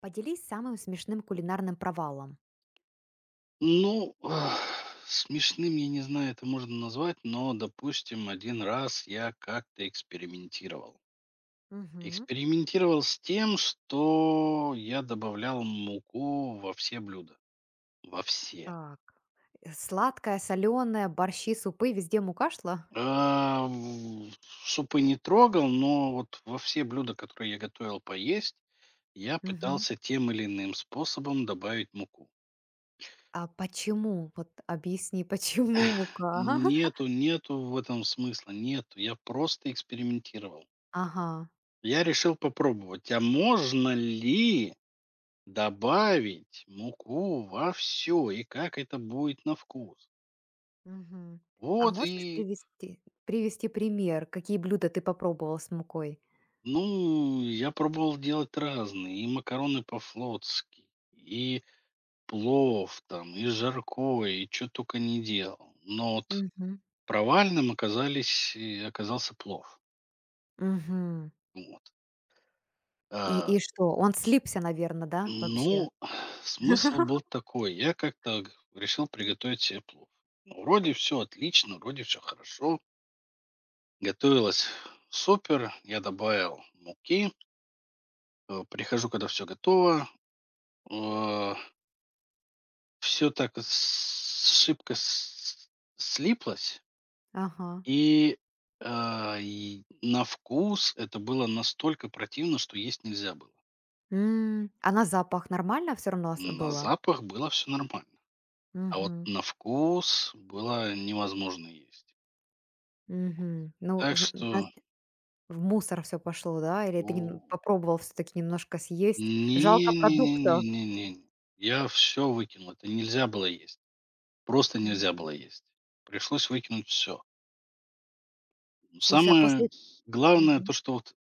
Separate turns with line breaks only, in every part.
Поделись самым смешным кулинарным провалом.
Ну, смешным, я не знаю, это можно назвать, но, допустим, один раз я как-то экспериментировал.
Мгм.
Экспериментировал с тем, что я добавлял муку во все блюда. Во все.
Так. Сладкое, соленое, борщи, супы, везде мука шла?
А, в супы не трогал, но вот во все блюда, которые я готовил поесть, я
Мгм.
пытался тем или иным способом добавить муку.
А почему? Вот объясни, почему мука?
Нету, нету в этом смысла, нету. Я просто экспериментировал.
Ага.
Я решил попробовать, а можно ли добавить муку во все и как это будет на вкус?
Мгм. А
Вот
можешь
и,
привести, пример, какие блюда ты попробовал с мукой?
ну, я пробовал делать разные: и макароны по-флотски, и плов там, и жаркое, и что только не делал. Но вот
Мгм.
провальным оказались и оказался плов.
Мгм.
Вот. А
И что? Он слипся, наверное, да, вообще?
Ну, смысл был такой. Я как-то решил приготовить себе плов. Ну, вроде все отлично, вроде все хорошо. Готовилось супер. Я добавил муки. Прихожу, когда все готово. Все так шибко слиплось.
Ага.
И, и на вкус это было настолько противно, что есть нельзя было.
А на запах нормально все равно
На
было?
запах было все нормально. А вот
Мгм.
на вкус было невозможно есть.
Мгм. Ну,
Так
знаешь,
что,
в мусор все пошло, да? Или ты нем
у
попробовал все таки немножко съесть?
не,
Жалко
не, не,
продукта.
не, не, не. Я все выкинул. Это нельзя было есть. Просто нельзя
Мгм.
было есть. Пришлось выкинуть все.
Слушай, а после.
Самое главное
Мгм.
то, что вот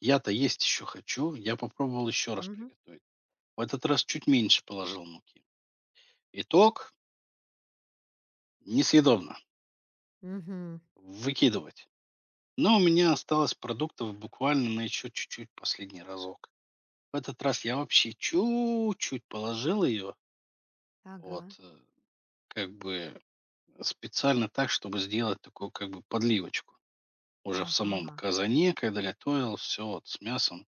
я-то есть еще хочу. Я попробовал еще раз
Мгм.
приготовить. В этот раз чуть меньше положил муки. Итог: несъедобно.
Мгм.
Выкидывать. Но у меня осталось продуктов буквально на еще чуть-чуть последний разок. В этот раз я вообще чуть-чуть положил ее.
Ага.
Вот, как бы специально так, чтобы сделать такую как бы подливочку. Уже в самом
Ага.
казане, когда готовил все вот с мясом.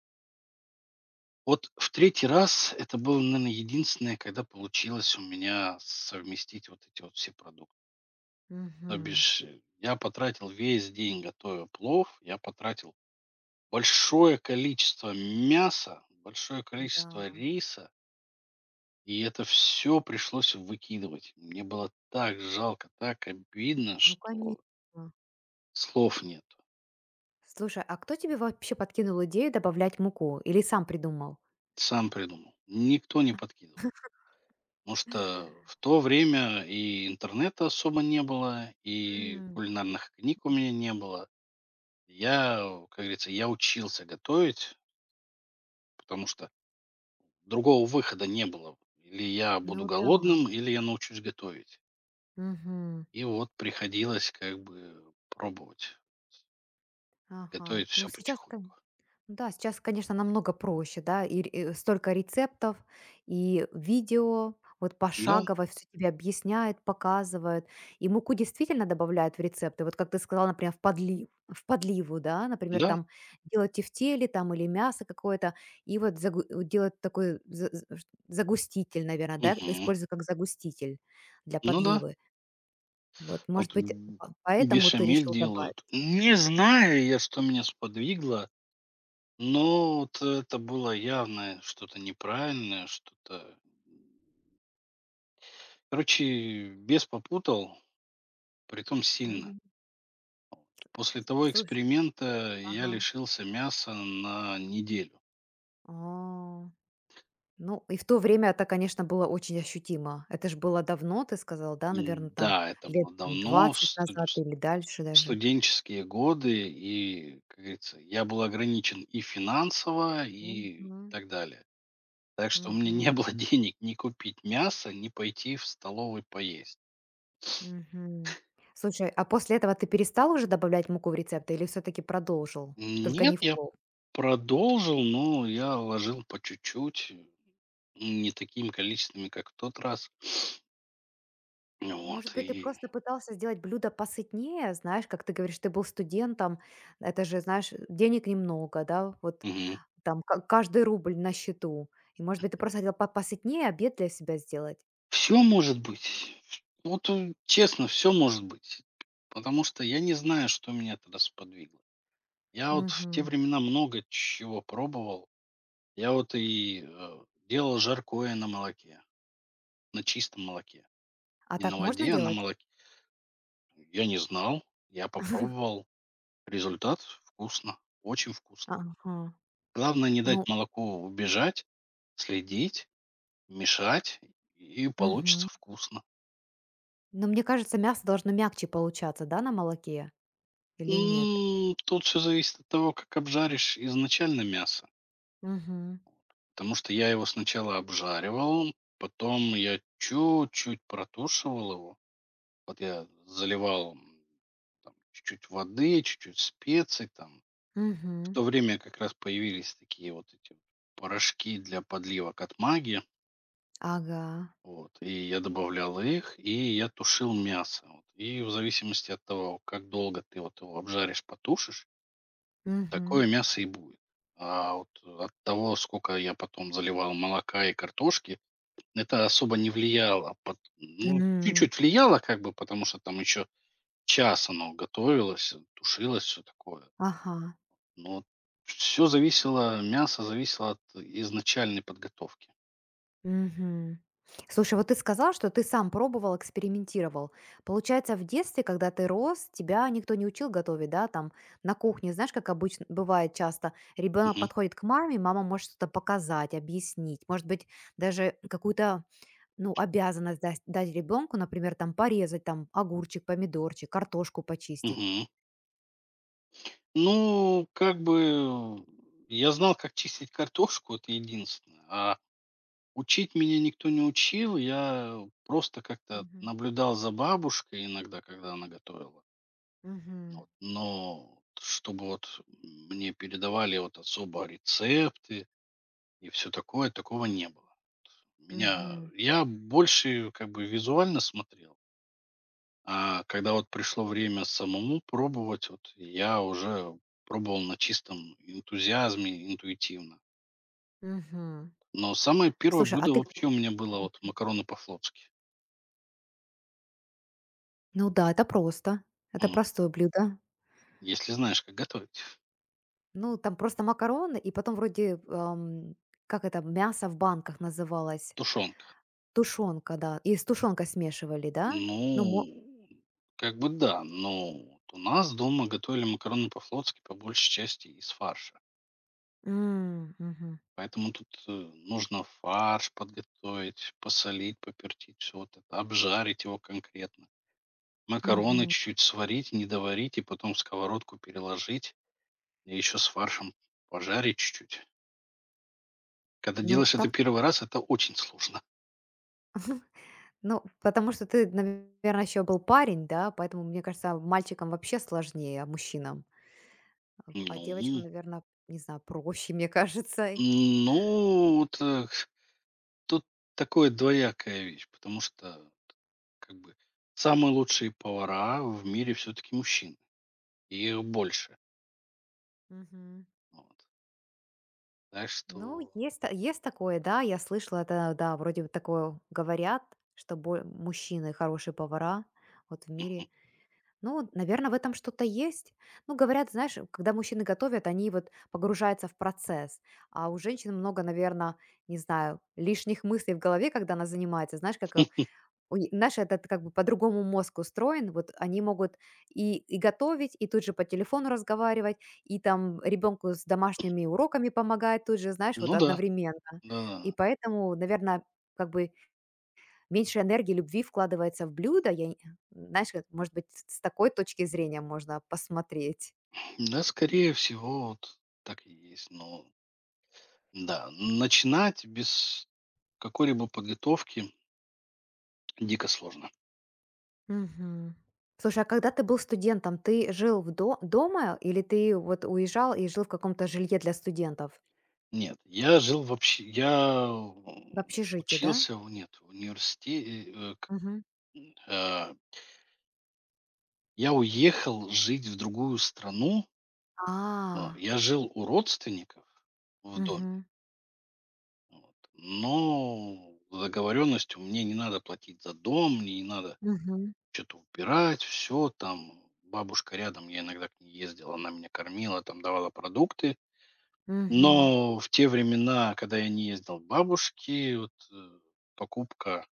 Вот в третий раз это было, наверное, единственное, когда получилось у меня совместить вот эти вот все продукты. То
Мгм.
бишь, я потратил весь день, готовя плов, я потратил большое количество мяса, большое
Да.
количество риса, и это все пришлось выкидывать. Мне было так жалко, так обидно,
Ну,
что
конечно.
слов нет.
Слушай, а кто тебе вообще подкинул идею добавлять муку? Или сам придумал?
Сам придумал. Никто не подкидывал. Потому что в то время и интернета особо не было, и
М.
кулинарных книг у меня не было. Я, как говорится, я учился готовить, потому что другого выхода не было. Или я буду
Ну да.
голодным, или я научусь готовить.
Мгм.
И вот приходилось как бы пробовать
Ага.
готовить
Ну,
все
сейчас.
потихоньку.
Да, сейчас, конечно, намного проще, да, и столько рецептов, и видео, вот
Да,
пошагово все тебе объясняют, показывают, и муку действительно добавляют в рецепты, вот как ты сказала, например, в подлив, в подливу, да, например,
да,
там делать тефтели там или мясо какое-то, и вот делать такой загуститель, наверное, да,
мгм.
используют как загуститель для
Ну да,
подливы. Вот, может
вот
быть,
и
поэтому ты
бешамель
решил добавить.
делают. Не знаю я, что меня сподвигло. Но вот это было явное что-то неправильное, что-то. Короче, бес попутал, притом сильно.
Мгм.
После того
Слушай,
эксперимента я
ага.
лишился мяса на неделю.
А. Ну, и в то время это, конечно, было очень ощутимо. Это ж было давно, ты сказал, да, наверное, там
Да, это
лет
было
там
давно,
20 назад или
в
дальше даже.
студенческие годы, и, как говорится, я был ограничен и финансово, и
Мгм,
так далее. Так что у меня
мгм,
не было денег ни купить мясо, ни пойти в столовую поесть.
мгм. Слушай, а после этого ты перестал уже добавлять муку в рецепты или все таки продолжил, только
Нет,
не в
я
плов?
продолжил, но я вложил по чуть-чуть, не такими количествами, как в тот раз.
Может
Вот,
быть, ты
и
просто пытался сделать блюдо посытнее? Знаешь, как ты говоришь, ты был студентом, это же, знаешь, денег немного, да, вот там ка каждый рубль на счету. И, может быть, ты просто хотел по посытнее обед для себя сделать?
все может быть. Вот честно, все может быть. Потому что я не знаю, что меня тогда сподвигло. Я вот в те
Мгм.
времена много чего пробовал. Я вот и делал жаркое на молоке, на чистом молоке.
А
Не на
так можно
воде, а на
делать?
молоке. Я не знал, я попробовал. Результат вкусно, очень вкусно.
Ага.
Главное не дать
Ну,
молоку убежать, следить, мешать, и
мгм.
получится вкусно.
Но мне кажется, мясо должно мягче получаться, да, на молоке или нет?
Тут все зависит от того, как обжаришь изначально мясо.
Мгм.
Потому что я его сначала обжаривал, потом я чуть-чуть протушивал его. Вот я заливал там чуть-чуть воды, чуть-чуть специй там. В
Мгм.
то время как раз появились такие вот эти вот порошки для подливок от маги.
Ага.
Вот, и я добавлял их, и я тушил мясо. Вот. И в зависимости от того, как долго ты вот его обжаришь, потушишь,
Мгм.
такое мясо и будет. А вот от того, сколько я потом заливал молока и картошки, это особо не влияло. Ну,
М.
чуть-чуть влияло, как бы, потому что там еще час оно готовилось, тушилось, все такое.
Ага.
Но все зависело, мясо зависело от изначальной подготовки.
Мгм. Слушай, вот ты сказал, что ты сам пробовал, экспериментировал. Получается, в детстве, когда ты рос, тебя никто не учил готовить, да, там на кухне, знаешь, как обычно бывает часто, ребенок
Мгм.
подходит к маме, мама может что-то показать, объяснить, может быть, даже какую-то. Ну, обязана дать ребенку, например, там порезать там огурчик, помидорчик, картошку почистить.
Мгм. Ну, как бы я знал, как чистить картошку, это единственное. А учить меня никто не учил. Я просто как-то
Мгм.
наблюдал за бабушкой иногда, когда она готовила.
Мгм.
Вот. Но чтобы вот мне передавали вот особо рецепты и все такое, такого не было. Меня,
Мгм.
я больше как бы визуально смотрел. А когда вот пришло время самому пробовать, вот я уже пробовал на чистом энтузиазме, интуитивно.
Мгм.
Но самое первое
Слушай, а
блюдо
ты.
вообще у меня было вот макароны по-флотски.
Ну да, это просто. Это
М,
простое блюдо.
Если знаешь, как готовить.
Ну, там просто макароны, и потом вроде, ам, как это, мясо в банках называлось.
Тушенка.
Тушенка, да. И с тушенкой смешивали, да? Ну, мо-.
Ну, как бы да, но вот у нас дома готовили макароны по-флотски по большей части из фарша.
М, мгм.
Поэтому тут нужно фарш подготовить, посолить, попертить, все вот это, обжарить его конкретно. Макароны
Мгм.
чуть-чуть сварить, не доварить и потом в сковородку переложить. И еще с фаршем пожарить чуть-чуть. Когда
Ну,
делаешь это
так.
первый раз, это очень сложно.
Ну, потому что ты, наверное, еще был парень, да, поэтому, мне кажется, мальчикам вообще сложнее, а мужчинам. А девочкам,
Ну,
наверное, не знаю, проще, мне кажется.
ну, так, тут такое двоякая вещь, потому что как бы самые лучшие повара в мире все-таки мужчины, и их больше.
Мгм.
Вот. Так
Ну,
что,
есть, есть такое, да, я слышала это, да, вроде бы такое говорят, что мужчины хорошие повара вот в мире. Ну, наверное, в этом что-то есть. Ну, говорят, знаешь, когда мужчины готовят, они вот погружаются в процесс. А у женщин много, наверное, не знаю, лишних мыслей в голове, когда она занимается. Знаешь, как у ни наш этот как бы по-другому мозг устроен. Вот они могут и готовить, и тут же по телефону разговаривать, и там ребенку с домашними уроками помогать тут же, знаешь, вот
ну да,
одновременно.
да,
И поэтому, наверное, как бы меньше энергии, любви вкладывается в блюдо. Я не знаешь, как, может быть, с такой точки зрения можно посмотреть.
да, скорее всего, вот так и есть. Но да, начинать без какой-либо подготовки дико сложно.
Мгм. Слушай, а когда ты был студентом, ты жил в до дома или ты вот уезжал и жил в каком-то жилье для студентов?
Нет, я жил вообще,
В общежитии, да?
учился, нет, в университете, э, я уехал жить в другую страну,
А,
я жил у родственников в доме,
мгм,
вот, но договоренностью мне не надо платить за дом, мне не надо
мгм,
что-то убирать, все там, бабушка рядом, я иногда к ней ездил, она меня кормила, там давала продукты.
мгм,
Но в те времена, когда я не ездил к бабушке, вот, покупка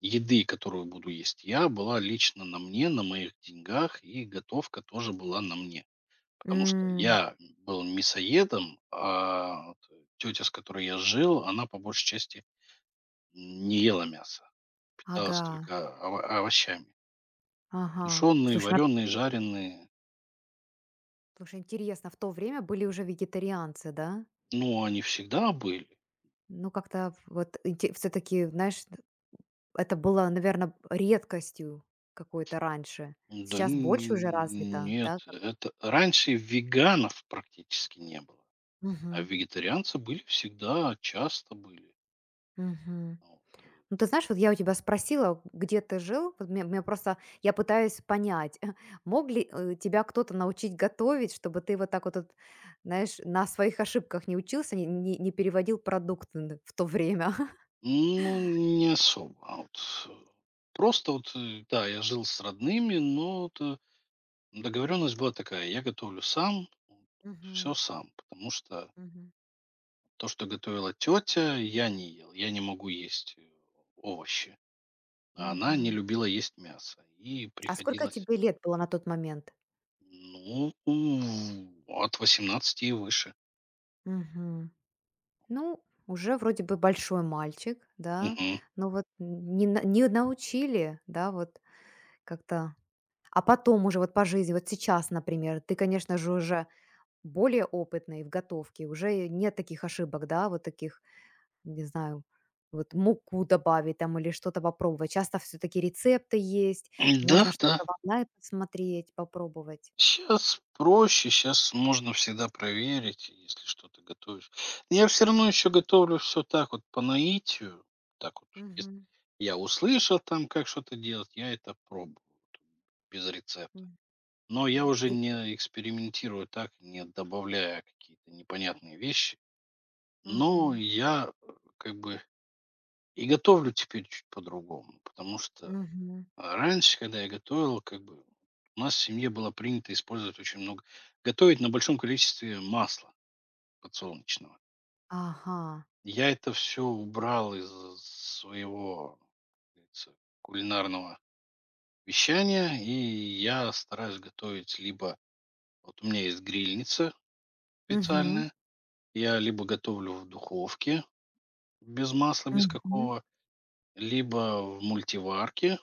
еды, которую буду есть я, была лично на мне, на моих деньгах, и готовка тоже была на мне. Потому что
м,
я был мясоедом, а вот тетя, с которой я жил, она по большей части не ела мясо, питалась
ага,
только овощами.
ага.
Тушеные,
Слушай, на
вареные, жареные.
слушай, интересно, в то время были уже вегетарианцы, да?
Ну, они всегда были.
Ну, как-то вот все таки знаешь, это было, наверное, редкостью какой-то раньше.
Да н
Сейчас больше уже развито, да,
нет,
как?
это раньше веганов практически не было, а
Мгм,
вегетарианцы были всегда, часто были.
мгм.
Вот.
Ну, ты знаешь, вот я у тебя спросила, где ты жил. Вот мне, мне просто, я пытаюсь понять, мог ли тебя кто-то научить готовить, чтобы ты вот так вот, вот, знаешь, на своих ошибках не учился, не, не переводил продукты в то время.
Ну, не особо, а вот, просто вот, да, я жил с родными, но вот, договоренность была такая: я готовлю сам,
Мгм.
все сам, потому что
Мгм.
то, что готовила тетя, я не ел. Я не могу есть, овощи, а она не
Мгм.
любила есть мясо, и
А сколько
приходилось.
тебе лет было на тот момент?
Ну, от 18 и выше.
Мгм. Ну, уже вроде бы большой мальчик, да,
Мгм.
но вот не, не научили, да, вот как-то. А потом уже вот по жизни, вот сейчас, например, ты, конечно же, уже более опытный в готовке, уже нет таких ошибок, да, вот таких, не знаю, вот муку добавить там или что-то попробовать. Часто все-таки рецепты есть,
Да,
можно
да.
что-то в онлайн посмотреть, попробовать.
Сейчас проще, сейчас можно всегда проверить, если что-то готовишь. Но я все равно еще готовлю все так вот по наитию. Так вот, если
Мгм.
я услышал там, как что-то делать, я это пробую тут без рецепта. Но я
М,
уже
и-.
не экспериментирую так, не добавляя какие-то непонятные вещи. Но
Мгм.
я как бы и готовлю теперь чуть по-другому, потому что
Мгм.
Раньше, когда я готовил, как бы у нас в семье было принято использовать очень много, готовить на большом количестве масла подсолнечного.
Ага,
Я это все убрал из своего, как говорится, кулинарного вещания, и я стараюсь готовить либо, вот у меня есть грильница
мгм.
специальная, я либо готовлю в духовке без масла, без
Мгм.
какого, либо в мультиварке.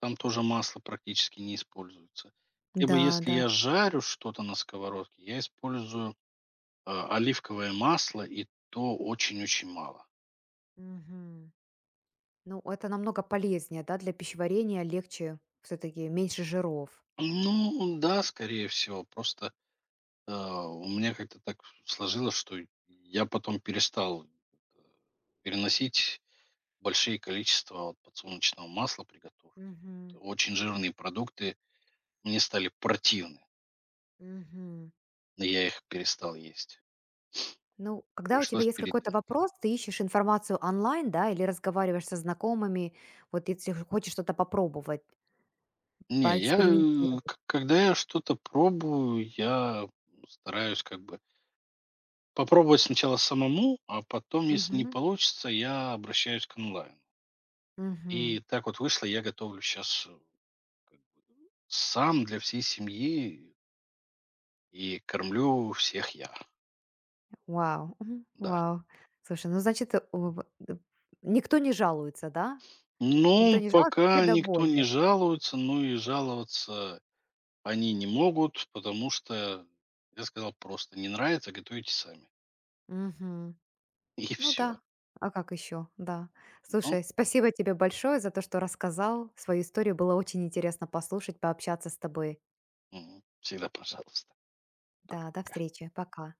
Там тоже масло практически не используется. Либо
Да,
если
да.
я жарю что-то на сковородке, я использую, оливковое масло, и то очень-очень мало.
Мгм. Ну, это намного полезнее, да, для пищеварения легче все-таки, меньше жиров.
Ну да, скорее всего, просто, у меня как-то так сложилось, что я потом перестал, переносить большие количества вот подсолнечного масла при.
Мгм.
Очень жирные продукты мне стали противны,
Мгм.
но я их перестал есть.
Ну, когда у тебя
Пришлось
есть какой-то
переделать.
вопрос, ты ищешь информацию онлайн, да, или разговариваешь со знакомыми, вот если хочешь что-то попробовать,
Не, я, э,
поэкспериментировать.
к когда я что-то пробую, я стараюсь как бы попробовать сначала самому, а потом, если не
Мгм.
получится, я обращаюсь к онлайну.
Мгм.
И так вот вышло, я готовлю сейчас сам для всей семьи и кормлю всех я.
Вау, мгм,
Да.
вау. Слушай, ну значит, у никто не жалуется, да? Никто
Ну,
не жалуется, все
пока никто не
довольны.
жалуется, ну и жаловаться они не могут, потому что я сказал просто: "Не нравится — готовите сами".
Мгм.
И
Ну
все.
да, а как еще, да.
Ну,
Слушай, спасибо тебе большое за то, что рассказал свою историю. Было очень интересно послушать, пообщаться с тобой.
мгм, всегда пожалуйста.
Да, до
Пока-пока.
встречи, пока.